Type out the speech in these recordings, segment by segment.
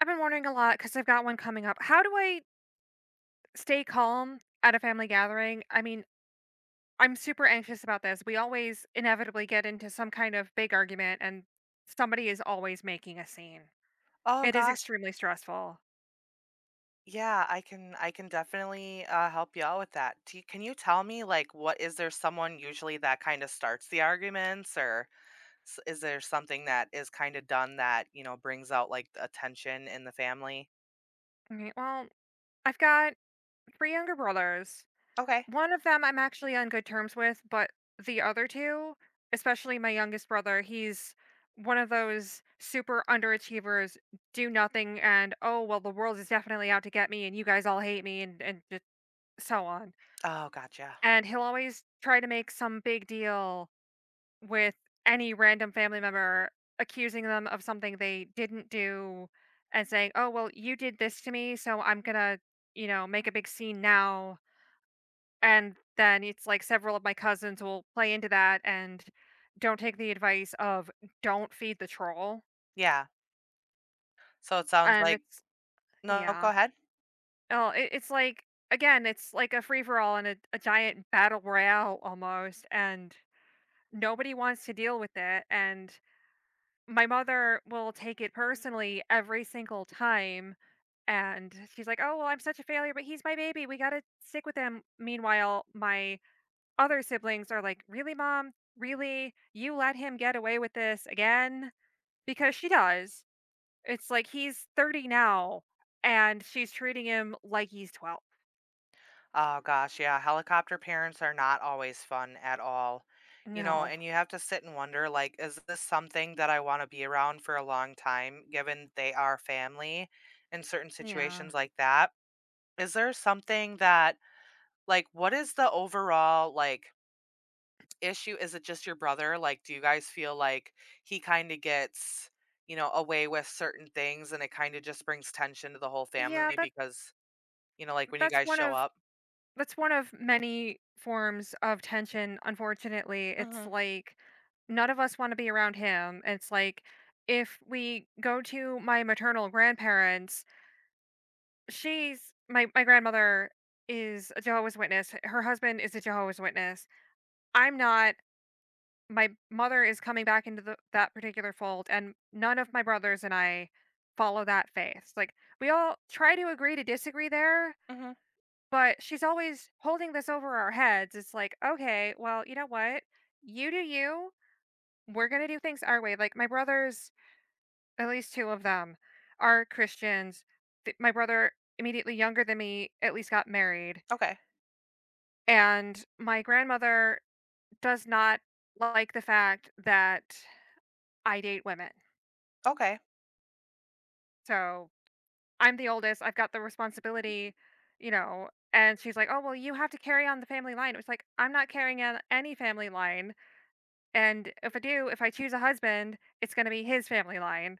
I've been wondering a lot because I've got one coming up. How do I stay calm at a family gathering? I'm super anxious about this. We always inevitably get into some kind of big argument, and somebody is always making a scene. Oh It is gosh. extremely stressful. Yeah, I can definitely help you out with that. Can you tell me like what is there someone usually that kind of starts the arguments or is there something that is kind of done that, you know, brings out like a tension in the family? Okay, well, I've got three younger brothers. Okay. One of them I'm actually on good terms with, but the other two, especially my youngest brother, he's one of those super underachievers, do nothing, and oh, well, the world is definitely out to get me, and you guys all hate me, and just so on. Oh, gotcha. And he'll always try to make some big deal with any random family member, accusing them of something they didn't do and saying, oh, well, you did this to me, so I'm gonna, make a big scene now, and then it's like several of my cousins will play into that and don't take the advice of don't feed the troll. Yeah. So it sounds And like it's no, go yeah. ahead. It's like again, it's like a free for all and a giant battle royale almost, and nobody wants to deal with it. And my mother will take it personally every single time. And she's like, "Oh well, I'm such a failure, but he's my baby. We gotta stick with him." Meanwhile, my other siblings are like, "Really, mom? Really? You let him get away with this again?" Because she does. It's like he's 30 now and she's treating him like he's 12. Oh gosh, yeah, helicopter parents are not always fun at all. You know, No. and you have to sit and wonder like, is this something that I want to be around for a long time, given they are family in certain Yeah. situations like that? Is there something that, like, what is the overall, like, issue? Is it just your brother? Like, do you guys feel like he kind of gets, you know, away with certain things and it kind of just brings tension to the whole Yeah, family that because, you know, like when you that's guys one show of up? Many forms of tension, unfortunately. It's Mm like none of us want to be around him. It's like if we go to my maternal grandparents. She's my grandmother is a Jehovah's Witness. Her husband is a Jehovah's Witness. I'm not. My mother is coming back into that particular fold, and none of my brothers and I follow that faith. Like we all try to agree to disagree there, hmm. Mm hmm. but she's always holding this over our heads. It's like, okay, well, you know what? You do you. We're gonna do things our way. Like my brothers, at least two of them, are Christians. My brother, immediately younger than me, at least got married. Okay. And my grandmother does not like the fact that I date women. Okay. So I'm the oldest. I've got the responsibility, you know. And she's like, "Oh well, you have to carry on the family line." It was like, "I'm not carrying on any family line, and if I do, if I choose a husband, it's going to be his family line."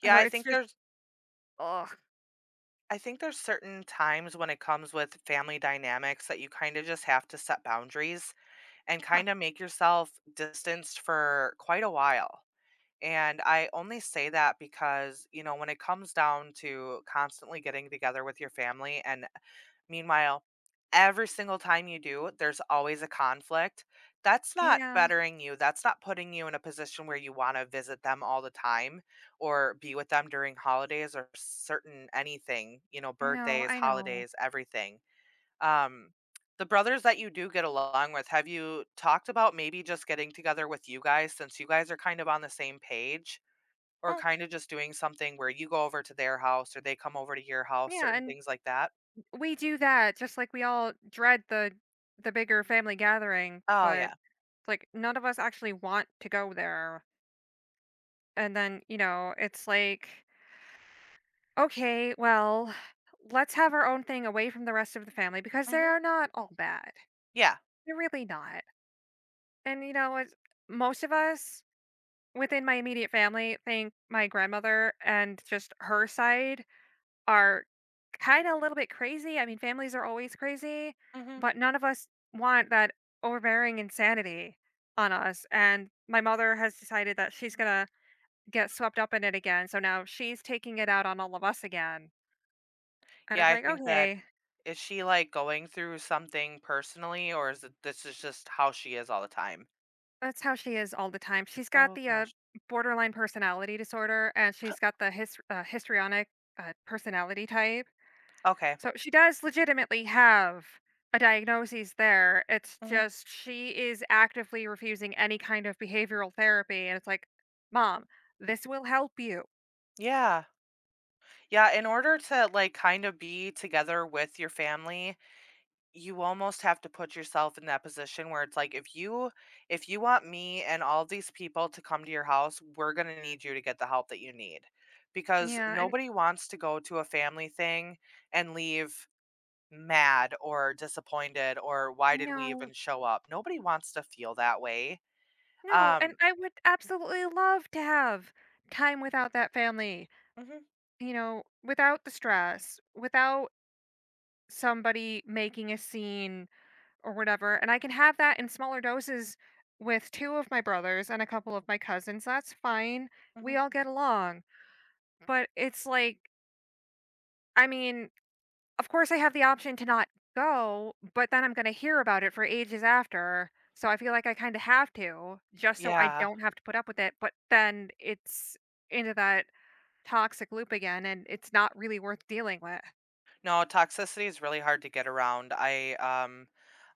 Yeah, So I it's think just, there's oh I think there's certain times when it comes with family dynamics that you kind of just have to set boundaries and kind of make yourself distanced for quite a while. And I only say that because, you know, when it comes down to constantly getting together with your family, and meanwhile, every single time you do, there's always a conflict. That's not yeah, bettering you. That's not putting you in a position where you want to visit them all the time or be with them during holidays or certain anything, you know, no, birthdays, I know. holidays, everything um, the brothers that you do get along with, have you talked about maybe just getting together with you guys since you guys are kind of on the same page or Well, kind of just doing something where you go over to their house or they come over to your house, yeah, certain and things like that? we do that. Just like we all dread the bigger family gathering, Oh, but yeah. like none of us actually want to go there, and then you know it's like, okay, well, let's have our own thing away from the rest of the family, because they Mhm. are not all bad. Yeah. They're really not. And you know it's, most of us within my immediate family think my grandmother and just her side are kind of a little bit crazy. I mean families are always crazy, Mhm. but none of us want that overbearing insanity on us. And my mother has decided that she's gonna get swept up in it again, so now she's taking it out on all of us again, and Yeah, it's I like, think that "Okay, is she like going through something personally or is it this is just how she is all the time? that's how she is all the time." She's got Oh the, gosh. borderline personality disorder, and she's got the histrionic, personality type, Okay. so she does legitimately have a diagnosis there. It's Mhm. just she is actively refusing any kind of behavioral therapy, and it's like, "Mom, this will help you." Yeah. Yeah, in order to like kind of be together with your family, you almost have to put yourself in that position where it's like if you want me and all these people to come to your house, we're going to need you to get the help that you need because Yeah, and nobody wants to go to a family thing and leave mad or disappointed or why did we no. even show up? Nobody wants to feel that way. No, Um, and I would absolutely love to have time without that family, mhm, you know, without the stress, without somebody making a scene or whatever. And I can have that in smaller doses with two of my brothers and a couple of my cousins. That's fine. mhm. We all get along. But it's like, I mean, of course, I have the option to not go, but then I'm gonna hear about it for ages after, so I feel like I kinda have to, just so I Yeah. don't have to put up with it, but then it's into that toxic loop again, and it's not really worth dealing with. No, toxicity is really hard to get around. I um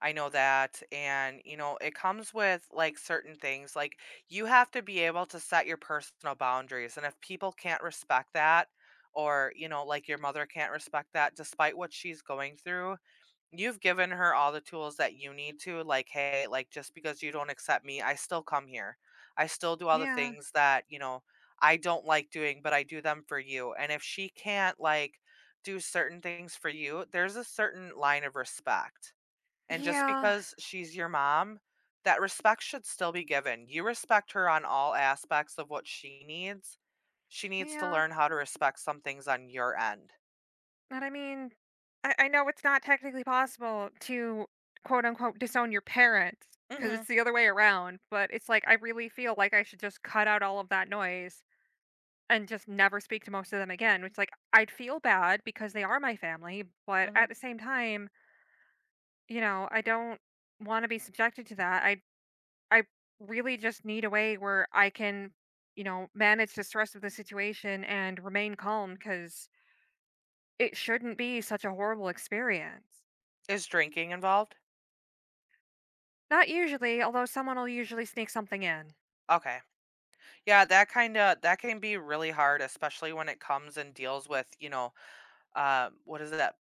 I know that and you know, it comes with like certain things. Like you have to be able to set your personal boundaries and if people can't respect that or you know, like your mother can't respect that despite what she's going through, you've given her all the tools that you need to, like, "Hey, like, just because you don't accept me, I still come here. I still do all the Yeah. things that, you know, I don't like doing, but I do them for you." And if she can't, like, do certain things for you, there's a certain line of respect. And just Yeah. because she's your mom, that respect should still be given. You respect her on all aspects of what she needs. She needs to Yeah. learn how to respect some things on your end. And I mean, I know it's not technically possible to, quote, unquote, "disown your parents, because Mhm, it's the other way around, but it's like, I really feel like I should just cut out all of that noise. And just never speak to most of them again, which, like, I'd feel bad because they are my family, but at mhm. the same time, you know, I don't wanna be subjected to that. I really just need a way where I can, you know, manage the stress of the situation and remain calm, because it shouldn't be such a horrible experience. Is drinking involved? Not usually, although someone will usually sneak something in. Okay. Yeah, that kinda that can be really hard, especially when it comes and deals with, you know, what is that?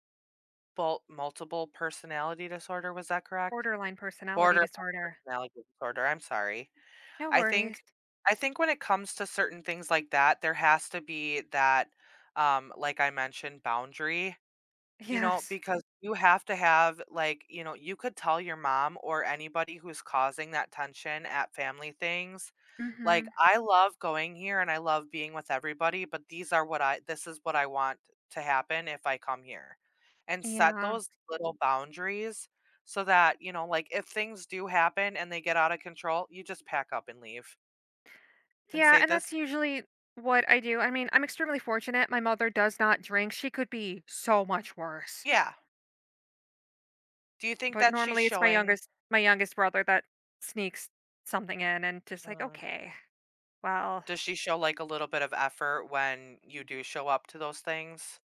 Bul multiple personality disorder, was that correct? Borderline personality Borderline disorder. personality disorder, I'm sorry. No I worries. think I think when it comes to certain things like that, there has to be that, like I mentioned, boundary, you know, Yes. because you have to have, like, you know, you could tell your mom or anybody who's causing that tension at family things, like, Mhm. "I love going here and I love being with everybody, but these are what I this is what I want to happen if I come here." And set Yeah. those little boundaries so that, you know, like, if things do happen and they get out of control, you just pack up and leave and Yeah, say and that's this. usually what I do. I mean, I'm extremely fortunate. My mother does not drink. She could be so much worse. Yeah. Do you think But that she's normally it's showing my youngest brother that sneaks something in and just like, Mm. okay, well, Does she show, like, a little bit of effort when you do show up to those things?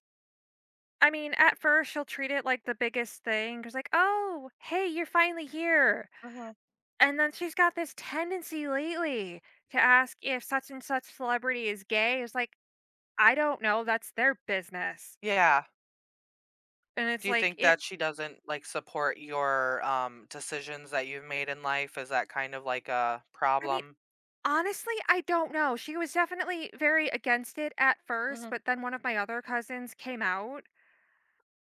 I mean, at first she'll treat it like the biggest thing. Cause like, oh, hey, you're finally here. Mhm. And then she's got this tendency lately to ask if such and such celebrity is gay. It's like, I don't know. That's their business. Yeah. And it's Do you like think it that she doesn't, like, support your, decisions that you've made in life? Is that kind of like a I mean, problem? honestly, I don't know. She was definitely very against it at first, Mhm. but then one of my other cousins came out.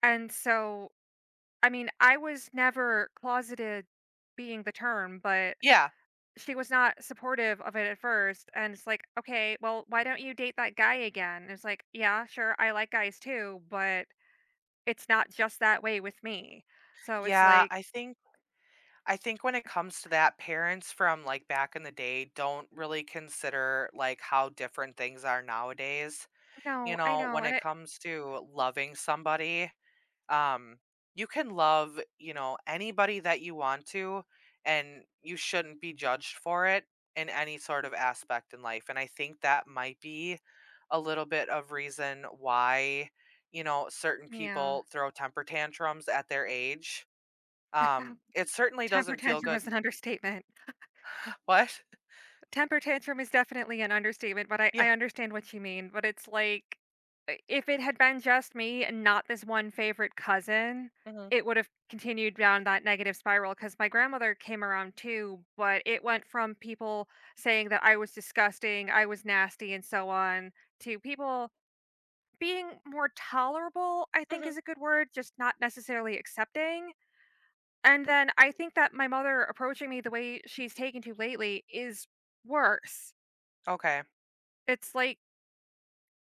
And so, I mean, I was never closeted being the term, but Yeah. she was not supportive of it at first. And it's like, okay, well, why don't you date that guy again? And it's like, yeah, sure, I like guys too, but it's not just that way with me. So it's Yeah, like, I think I think when it comes to that, parents from, like, back in the day don't really consider, like, how different things are nowadays, you no, I know, know. when And it it, comes to loving somebody, um you can love, you know, anybody that you want to, and you shouldn't be judged for it in any sort of aspect in life, and I think that might be a little bit of reason why, you know, certain yeah, people throw temper tantrums at their age. It certainly temper doesn't feel tantrum good. was an understatement. What? Temper tantrum is definitely an understatement, but I Yeah. I understand what you mean, but it's like, I if it had been just me and not this one favorite cousin, Hmm. it would've continued down that negative spiral. Because my grandmother came around too, but it went from people saying that I was disgusting, I was nasty, and so on, to people being more tolerable, I think Hmm. is a good word, just not necessarily accepting, and then I think that my mother approaching me the way she's taken to lately is worse. Okay. It's like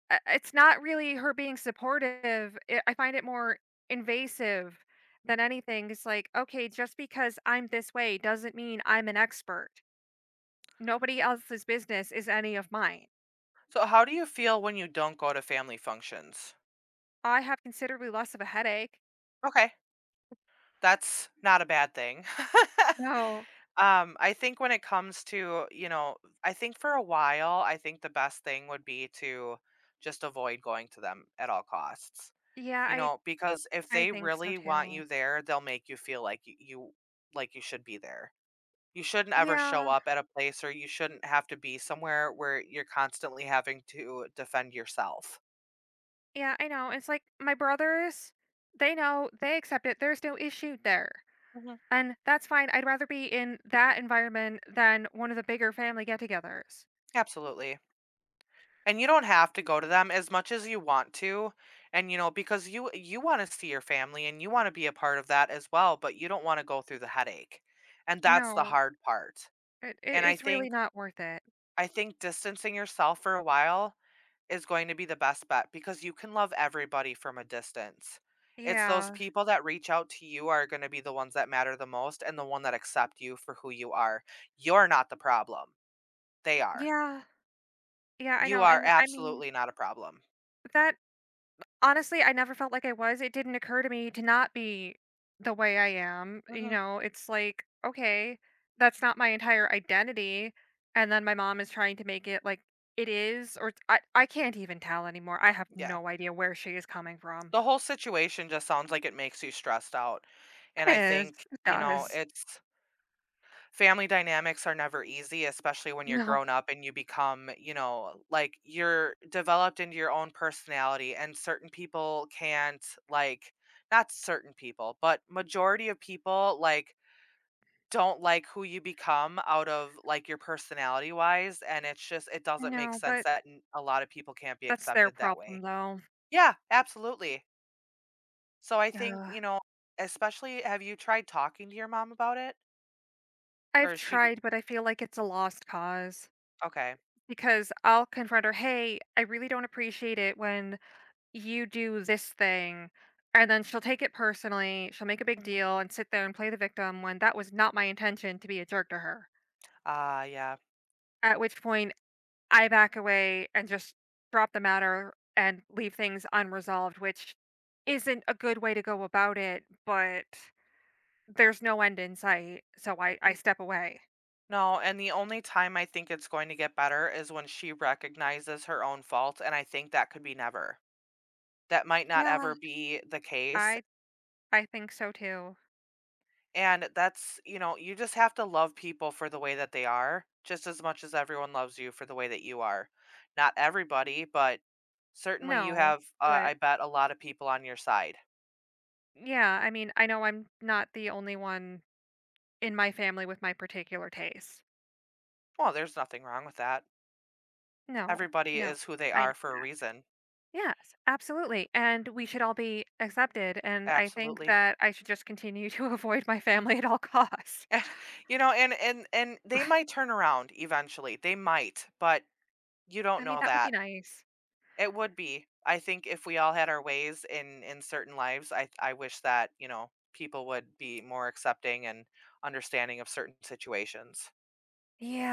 I it's not really her being supportive, it I find it more invasive than anything. It's like, "Okay, just because I'm this way doesn't mean I'm an expert. Nobody else's business is any of mine. So how do you feel when you don't go to family functions? I have considerably less of a headache." Okay. That's not a bad thing. No. I think when it comes to, you know, I think for a while, I think the best thing would be to just avoid going to them at all costs. Yeah, You know, because if I they think so really want you too. there, they'll make you feel like you like you should be there. You shouldn't ever show Yeah, up at a place or you shouldn't have to be somewhere where you're constantly having to defend yourself. yeah, I know, it's like, my brothers, they know, they accept it, there's no issue there, Mhm. and that's fine. I'd rather be in that environment than one of the bigger family get-togethers. Absolutely. And you don't have to go to them as much as you want to. And you know, because you want to see your family and you want to be a part of that as well, but you don't want to go through the headache. And that's the No, hard part. And I it's really think not worth it. I think distancing yourself for a while is going to be the best bet because you can love everybody from a distance. It's those Yeah. people that reach out to you are going to be the ones that matter the most and the one that accept you for who you are. You're not the problem. They are. Yeah. Yeah, I You know, are and I mean, absolutely not a problem. that honestly, I never felt like I was. It didn't occur to me to not be the way I am, you Hmm. know? It's like, okay, that's not my entire identity, and then my mom is trying to make it like it is or it's I can't even tell anymore. I have Yeah. no idea where she is coming from. The whole situation just sounds like it makes you stressed out. And It I is. think, It you know, does. it's family dynamics are never easy, especially when you're No. grown up and you become, you know, like you're developed into your own personality and certain people can't like not certain people, but majority of people like don't like who you become out of like your personality wise and it's just it doesn't make No, sense but that a lot of people can't be that's their accepted that problem, way. though. Yeah, absolutely. So I think, Yeah. you know, especially have you tried talking to your mom about it? Or I've is she tried, but I feel like it's a lost cause, okay. because I'll confront her, "Hey, I really don't appreciate it when you do this thing." And then she'll take it personally. She'll make a big Mhm. deal and sit there and play the victim when that was not my intention to be a jerk to her. Ah, yeah. At which point, I back away and just drop the matter and leave things unresolved, which isn't a good way to go about it, but there's no end in sight, so I N step away. No, and the only time I think it's going to get better is when she recognizes her own fault, and I think that could be never. That might not Yeah, ever be the case, I I think so too. and that's you know, you just have to love people for the way that they are, just as much as everyone loves you for the way that you are. Not everybody, but certainly you No, have, I but bet a lot of people on your side. yeah, I mean, I know I'm not the only one in my family with my particular tastes. Well, there's nothing wrong with that. No, Everybody no, is who they I know are for a that. reason. Yes, absolutely. And we should all be accepted. And I think Absolutely. that I should just continue to avoid my family at all costs. You know, and and they might turn around eventually. They might, but you don't I mean, know that would be that. nice. It would be. I think if we all had our ways in certain lives, I wish that, you know, people would be more accepting and understanding of certain situations. Yeah.